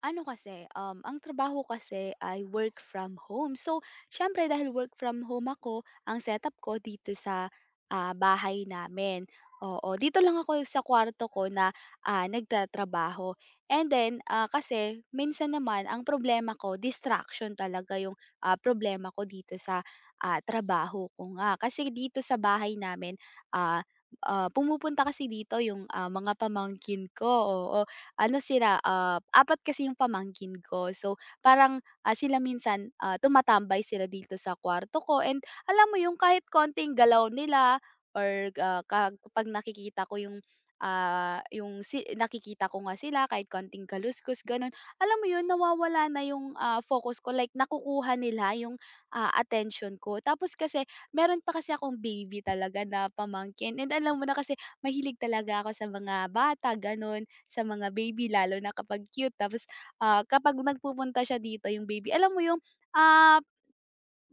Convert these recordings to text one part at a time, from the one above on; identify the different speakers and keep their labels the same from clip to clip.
Speaker 1: Ano kasi, ang trabaho kasi ay work from home. So, siyempre dahil work from home ako, ang setup ko dito sa bahay namin. Oo, dito lang ako sa kwarto ko na nagtatrabaho. And then, kasi minsan naman ang problema ko distraction talaga yung, problema ko dito sa trabaho ko nga. Kasi dito sa bahay namin, ah, pumupunta kasi dito yung, mga pamangkin ko. Oo, ano sila, 4 kasi yung pamangkin ko. So, parang, sila minsan, tumatambay sila dito sa kwarto ko, and alam mo yung kahit konting galaw nila, or ah, ka kapag nakikita ko yung, ah, yung si nakikita ko nga sila kahit konting kaluskos gano'n. Alam mo yun, nawawala na yung focus ko, like nakukuha nila yung atensyon ko. Tapos kasi meron pa kasi akong baby talaga na pamangkin, and alam mo na kasi mahilig talaga ako sa mga bata gano'n, sa mga baby lalo na kapag cute. Tapos, kapag nagpupunta siya dito yung baby, alam mo yung, ah,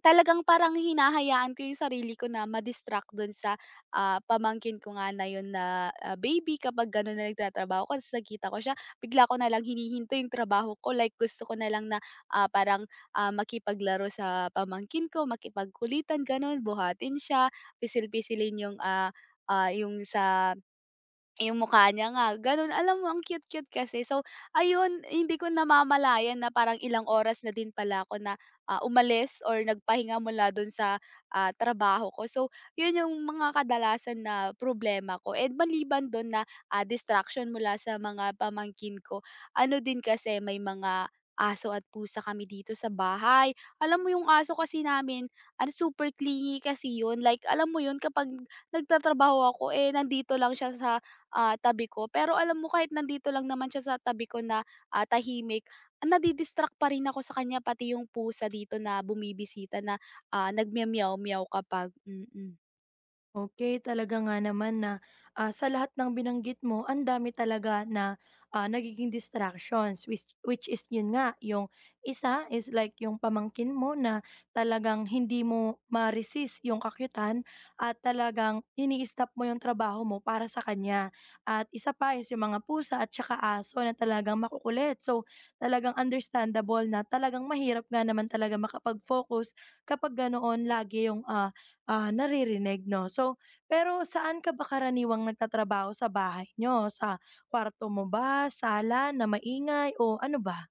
Speaker 1: talagang parang hinahayaan ko yung sarili ko na ma-distract do'n sa pamangkin ko nga na yun na baby. Kapag gano'n na nagtatrabaho ako ta's nakita ko siya, bigla ko na nalang hinihinto yung trabaho ko, like gusto ko na lang na, parang, makipaglaro sa pamangkin ko, makipagkulitan gano'n, buhatin siya, pisil-pisilin yung, ah, ah, yung sa yung mukha niya nga gano'n. Alam mo, ang cute-cute kasi. So ayun, hindi ko namamalayan na parang ilang oras na din pala ako na umalis or nagpahinga mula do'n sa trabaho ko. So yun yung mga kadalasan na problema ko. And maliban do'n na distraction mula sa mga pamangkin ko, ano din kasi may mga aso at pusa kami dito sa bahay. Alam mo yung aso kasi namin, ano, super clingy kasi yun. Like alam mo yun, kapag nagtatrabaho ako, eh, nandito lang siya sa tabi ko. Pero alam mo kahit nandito lang naman siya sa tabi ko na tahimik, nadi-distract pa rin ako sa kanya, pati yung pusa dito na bumibisita na nagme-meow-meow kapag mm.
Speaker 2: Okay talaga nga naman na, sa lahat ng binanggit mo ang dami talaga na, nagiging distractions, which is yun nga, yung isa is like yung pamangkin mo na talagang hindi mo ma-resist yung kakuyitan at talagang ini-stop mo yung trabaho mo para sa kanya. At isa pa is yung mga pusa at tsaka aso na talagang makukulit. So, talagang understandable na talagang mahirap nga naman talaga makapag-focus kapag ganoon lagi yung, naririnig 'no. So, pero saan ka ba karaniwang nagtatrabaho sa bahay nyo? Sa kwarto mo ba, sala na maingay o ano ba?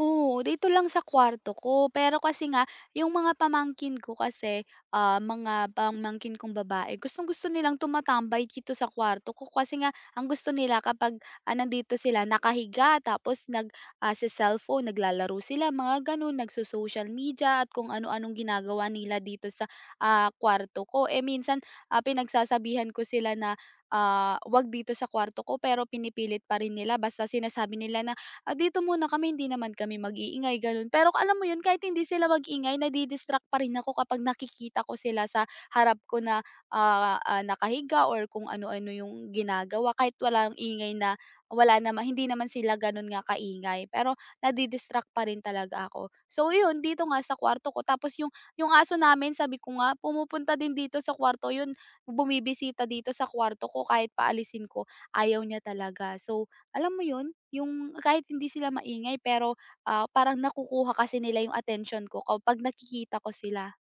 Speaker 1: Oo, dito lang sa kwarto ko. Pero kasi nga yung mga pamangkin ko kasi, mga pamangkin kong babae, gustong-gusto nilang tumatambay dito sa kwarto ko kasi nga ang gusto nila kapag, nandito sila nakahiga tapos se-cellphone, naglalaro sila mga gano'n, nagso-social media at kung ano-anong ginagawa nila dito sa kwarto ko. Eh, minsan, pinagsasabihan ko sila na 'wag dito sa kwarto ko, pero pinipilit pa rin nila basta sinasabi nila na, "Ah, dito muna kami, hindi naman kami mag-iingay," gano'n. Pero alam mo 'yun, kahit hindi sila mag-ingay nadi-distract pa rin ako kapag nakikita ko sila sa harap ko na, nakahiga or kung ano-ano 'yung ginagawa kahit walang ingay na wala nama hindi naman sila gano'n nga kaingay, pero nadi-distract pa rin talaga ako. So 'yun, dito nga sa kwarto ko. Tapos 'yung aso namin, sabi ko nga pumupunta din dito sa kwarto 'yun, bumibisita dito sa kwarto ko kahit paalisin ko, ayaw niya talaga. So alam mo 'yun, yung kahit hindi sila maingay, pero, parang nakukuha kasi nila yung attention ko kapag nakikita ko sila.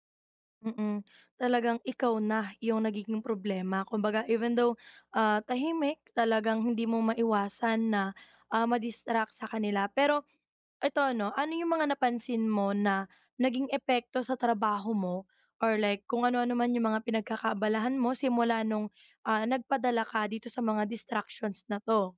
Speaker 2: Mm, talagang ikaw na yung nagiging problema. Kumbaga even though, tahimik talagang hindi mo maiwasan na, ah, ma sa kanila. Pero eto ano, ano yung mga napansin mo na naging epekto sa trabaho mo or like kung ano-ano man yung mga pinagkakaabalahan mo simula nung, nagpadala ka dito sa mga distractions na 'to?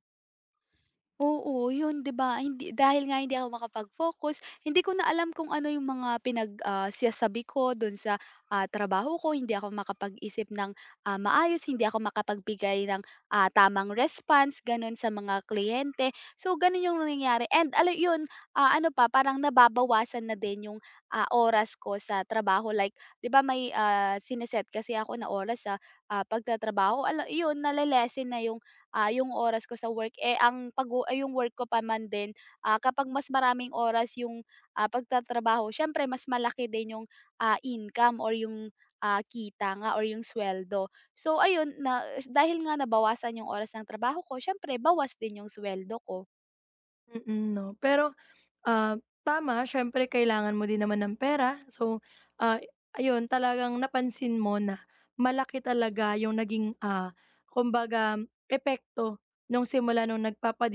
Speaker 1: Oo, yun 'di ba, hindi dahil nga hindi ako makapag-focus, hindi ko na alam kung ano yung mga sinasabi ko dun sa trabaho ko, hindi ako makapag-isip ng maayos, hindi ako makapagbigay ng tamang response, gano'n sa mga kliyente. So, gano'n yung nangyayari. And alam yun, ano pa, parang nababawasan na din yung oras ko sa trabaho, like 'di ba may, sine kasi ako na oras sa pagtatrabaho, alam yun nale na yung, yung oras ko sa work. Eh, ang pag-wo ay yung work ko pa man din, kapag mas maraming oras yung pagtatrabaho, siyempre mas malaki din yung income or yung kita nga or yung suweldo. So ayun na, dahil nga nabawasan yung oras ng trabaho ko, siyempre bawas din yung suweldo ko.
Speaker 2: Mm, 'no. Pero Ah, tama, siyempre kailangan mo din naman ng pera. So, ah, ayun talagang napansin mo na malaki talaga yung naging, kumbaga epekto nung simula nung nagpapa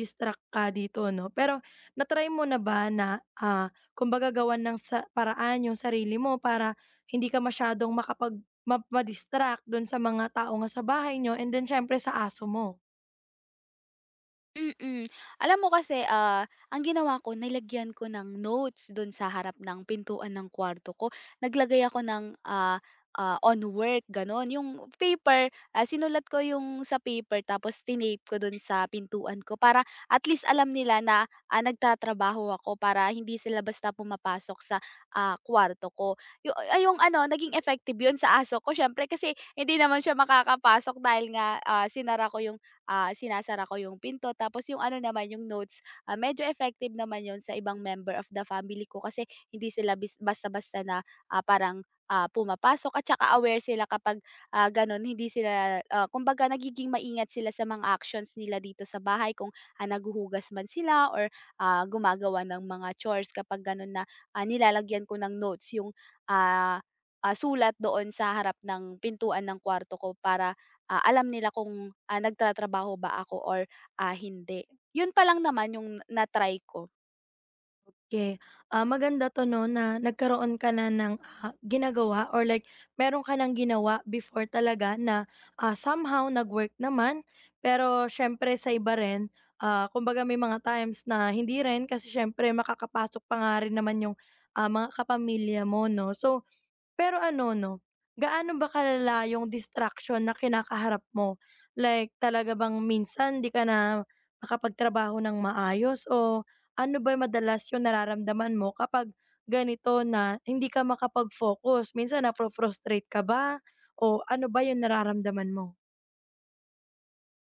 Speaker 2: ka dito 'no. Pero natry mo na ba na, kumbaga gawan ng sa paraan yung sarili mo para hindi ka masyadong makapag ma-distract doon sa mga tao nga sa bahay niyo and then siyempre sa aso mo?
Speaker 1: Mm. Alam mo kasi, ang ginawa ko, nilagyan ko ng notes dun sa harap ng pintuan ng kwarto ko. Naglagay ako ng, on work gano'n, yung paper, sinulat ko yung sa paper tapos tinape ko dun sa pintuan ko para at least alam nila na nagtatrabaho ako, para hindi sila basta pumapasok sa kwarto ko. Yung ay yung ano, naging effective yun sa aso ko siyempre kasi hindi naman siya makakapasok dahil nga, ah, sinara ko yung ah, sinasara ko yung pinto. Tapos yung ano naman, yung notes, medyo effective naman yun sa ibang member of the family ko kasi hindi sila basta-basta na parang pumapasok, at saka aware sila kapag ganun, hindi sila, kumbaga nagiging maingat sila sa mga actions nila dito sa bahay kung naguhugas man sila or gumagawa ng mga chores, kapag ganun na nilalagyan ko ng notes yung, ah, sulat doon sa harap ng pintuan ng kwarto ko para alam nila kung nagtatrabaho ba ako or hindi. Yun pa lang naman yung na-try ko.
Speaker 2: Okay, maganda 'to 'no, na nagkaroon ka na ng, ginagawa or like meron ka ng ginawa before talaga na, somehow nag-work naman. Pero siyempre sa iba rin, kumbaga may mga times na hindi rin kasi siyempre makakapasok pa nga rin naman yung, mga kapamilya mo 'no. So pero ano 'no, gaano ba kalala yung distraction na kinakaharap mo? Like talaga bang minsan 'di ka na makapagtrabaho ng maayos o ano ba madalas yung nararamdaman mo kapag ganito na hindi ka makapag-focus? Minsan nafru-frustrate ka ba o ano ba yung nararamdaman mo?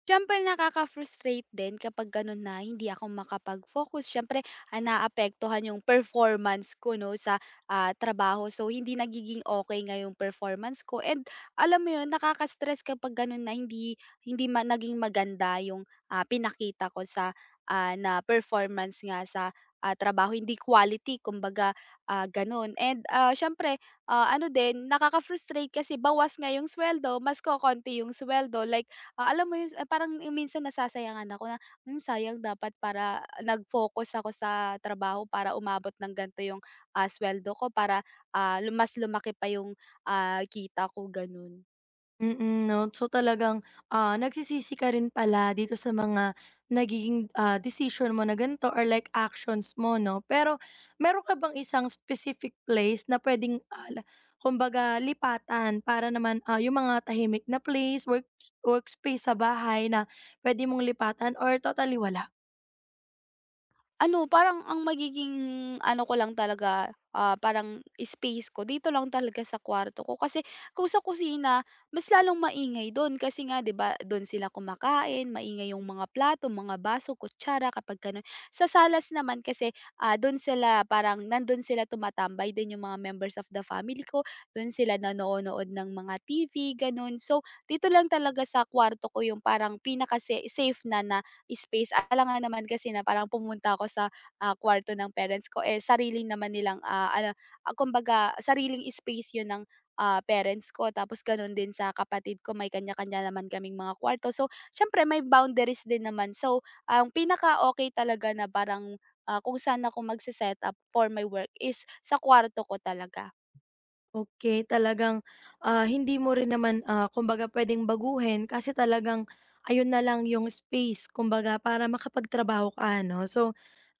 Speaker 1: Siyempre nakaka-frustrate din kapag gano'n na hindi ako makapag-focus. Siyempre, naapektuhan yung performance ko 'no sa trabaho. So, hindi nagiging okay nga yung performance ko. And alam mo yun, nakaka-stress kapag gano'n na hindi hindi naging maganda yung, pinakita ko sa na performance nga sa trabaho. Hindi quality kumbaga, gano'n. And, siyempre, ano din nakaka-frustrate kasi bawas nga yung suweldo, mas kokonti yung suweldo. Like, alam mo 'yun, parang minsan nasasayangan ako na, "Hmm, sayang, dapat para nag-focus ako sa trabaho para umabot ng ganito 'yung, suweldo ko para, ah, lu mas lumaki pa 'yung, kita ko." Gano'n.
Speaker 2: Mm, 'no. So, talagang, nagsisisi ka rin pala dito sa mga nagiging, desisyon mo na ganito or like actions mo 'no. Pero meron ka bang isang specific place na puwedeng, ah, la kumbaga lipatan para naman, yung mga tahimik na place, workspace sa bahay na puwede mong lipatan or totally wala?
Speaker 1: Ano, parang ang magiging ano ko lang talaga, parang space ko dito lang talaga sa kwarto ko. Kasi kung sa kusina, mas lalong maingay do'n kasi nga 'di ba do'n sila kumakain, maingay yung mga plato, mga baso, kutsara kapag gano'n. Sa salas naman kasi, do'n sila parang nando'n sila tumatambay din yung mga members of the family ko, do'n sila nanonood ng mga TV, gano'n. So, dito lang talaga sa kwarto ko yung parang pinaka safe na na space. Alangan naman kasi na parang pumunta ako sa kwarto ng parents ko, eh, sarili naman nilang, ano, kumbaga sariling space 'yun ng parents ko, tapos gano'n din sa kapatid ko, may kanya-kanya naman kaming mga kwarto. So, siyempre may boundaries din naman. So, ang pinaka okay talaga na parang, kung saan ako magse up for my work is sa kwarto ko talaga.
Speaker 2: Okay, talagang, hindi mo rin naman, kumbaga pwedeng baguhin kasi talagang ayun na lang yung space kumbaga para makapagtrabaho ka, ano? So,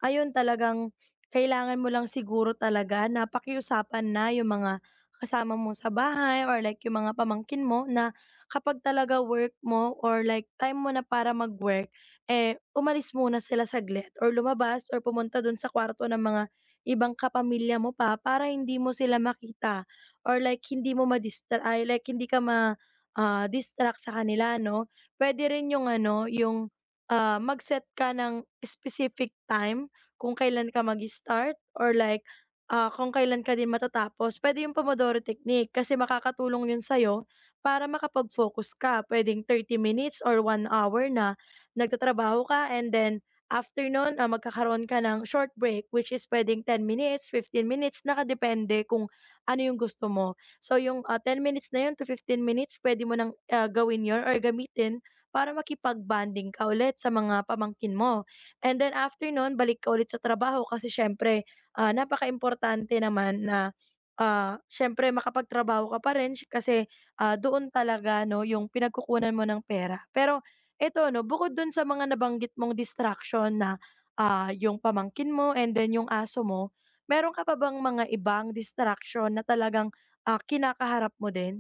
Speaker 2: ayun talagang kailangan mo lang siguro talaga na pakiusapan na yung mga kasama mo sa bahay or like yung mga pamangkin mo na kapag talaga work mo or like time mo na para mag-work, eh, umalis muna sila saglit or lumabas or pumunta dun sa kwarto ng mga ibang kapamilya mo pa para hindi mo sila makita or like hindi mo madistra ay like hindi ka ma distract sa kanila 'no. Puwede rin yung ano, yung, mag-set ka ng specific time kung kailan ka mag-start or like, kung kailan ka din matatapos. Puwede yung Pomodoro technique kasi makakatulong yun sa'yo para makapag-focus ka. Puwedeng 30 minutes or 1 hour na nagtatrabaho ka and then after nun, magkakaroon ka ng short break, which is puwedeng 10 minutes, 15 minutes, nakadepende kung ano yung gusto mo. So yung, 10 minutes na yun to 15 minutes puwede mo ng, gawin yun or gamitin para makipag-bonding ka ulit sa mga pamangkin mo. And then after nun balik ka ulit sa trabaho kasi siyempre, ah, importante naman na, siyempre makapagtrabaho ka pa rin kasi, doon talaga 'no yung pinagkukunan mo ng pera. Pero eto 'no, bukod dun sa mga nabanggit mong distraction na, yung pamangkin mo and then yung aso mo, meron ka pa bang mga ibang distraction na talagang, kinakaharap mo din?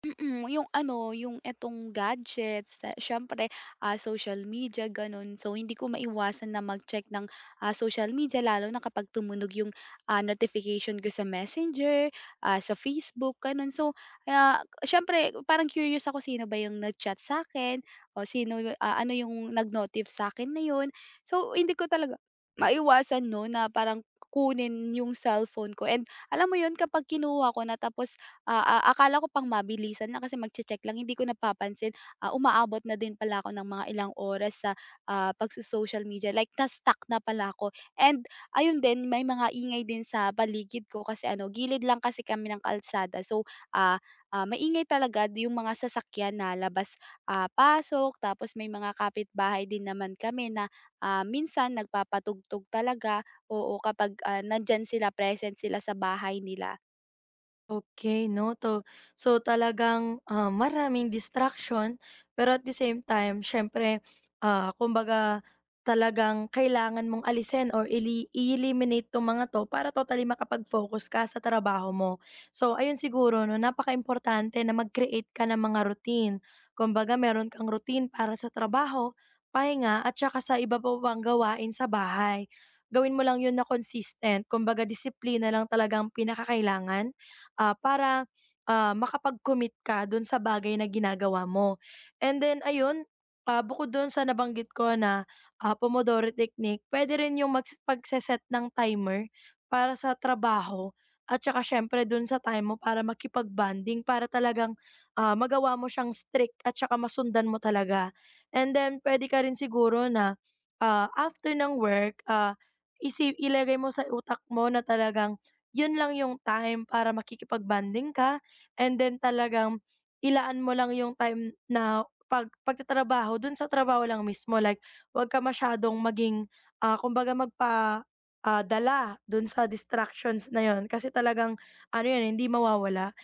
Speaker 1: Mm, yung ano, yung etong gadgets, siyempre, social media, gano'n. So, hindi ko maiwasan na mag-check ng social media lalo na kapag tumunog yung notification ko sa Messenger, sa Facebook, gano'n. So, siyempre parang curious ako sino ba yung nag-chat sa akin, o sino ano yung nag-notif sa akin na yun. So, hindi ko talaga maiwasan 'no, na parang kunin yung cellphone ko, and alam mo yun kapag kinuha ko na tapos, akala ko pang mabilisan na kasi magche-check lang, hindi ko napapansin, umaabot na din pala ako ng mga ilang oras sa pagso-social media, like na-stuck na pala ako. And ayun din, may mga ingay din sa paligid ko kasi ano, gilid lang kasi kami ng kalsada, so, maingay talaga yung mga sasakyan na labas, pasok, tapos may mga kapitbahay din naman kami na minsan nagpapatugtog talaga, oo kapag nandiyan sila, present sila sa bahay nila.
Speaker 2: Okay 'no, to so talagang, maraming distraction pero at the same time siyempre, kumbaga talagang kailangan mong alisin or i-eliminate 'tong mga 'to para totally makapag-focus ka sa trabaho mo. So ayun siguro 'no, napakaimportante na mag-create ka ng mga routine. Kumbaga meron kang routine para sa trabaho, pahinga at saka sa iba mo pang gawain sa bahay. Gawin mo lang yun na consistent, kumbaga disiplina lang talagang pinakakailangan, para, makapag-commit ka dun sa bagay na ginagawa mo. And then ayun, bukod dun sa nabanggit ko na, Pomodoro technique, pwede rin yung pagse ng timer para sa trabaho at saka siyempre dun sa time mo para makipag-bonding para talagang, magawa mo siyang strict at saka masundan mo talaga. And then pwede ka rin siguro na, after ng work, ah, isi ilagay mo sa utak mo na talagang yun lang yung time para makikipag-bonding ka and then talagang ilaan mo lang yung time na pagtatrabaho dun sa trabaho lang mismo. Like, wag ka masyadong maging, kumbaga dala dun sa distractions na yun. Kasi talagang, ano yan, hindi mawawala.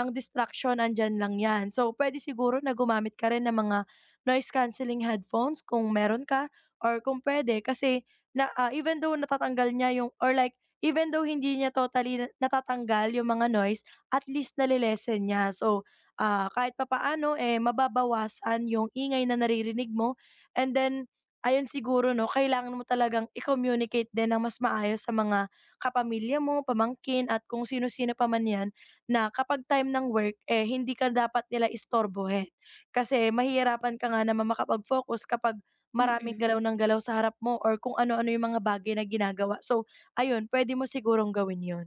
Speaker 2: Ang distraction, andyan lang yan. So, pwede siguro na gumamit ka rin ng mga noise cancelling headphones kung meron ka or kung pwede. Kasi, na, even though natatanggal niya yung, or like, even though hindi niya totally na natatanggal yung mga noise, at least nale-lessen niya. So, kahit papaano, eh, mababawasan yung ingay na naririnig mo and then ayun siguro 'no, kailangan mo talagang i-communicate din ng mas maayos sa mga kapamilya mo, pamangkin at kung sino-sino pa man 'yan na kapag time ng work, eh, hindi ka dapat nila istorbohin. Kasi mahihirapan ka nga naman makapag-focus kapag
Speaker 1: mm.
Speaker 2: maraming
Speaker 1: mm.
Speaker 2: galaw ng galaw sa harap mo or kung ano-ano yung mga bagay na ginagawa. So, ayun, puwede mo sigurong gawin 'yun.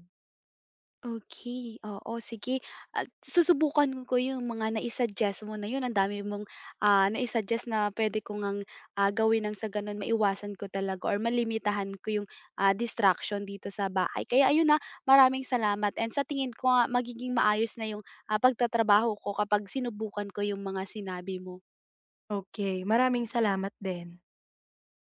Speaker 1: Okay. Oo, sige, at susubukan ko yung mga nai-suggest mo na yun. Ang dami mong, nai-suggest na pwede ko ngang, gawin ng sa gano'n maiwasan ko talaga or malimitahan ko yung, distraction dito sa bahay. Kaya ayun, na. Maraming salamat, and sa tingin ko nga magiging maayos na yung pagtatrabaho ko kapag sinubukan ko yung mga sinabi mo.
Speaker 2: Okay, maraming salamat din.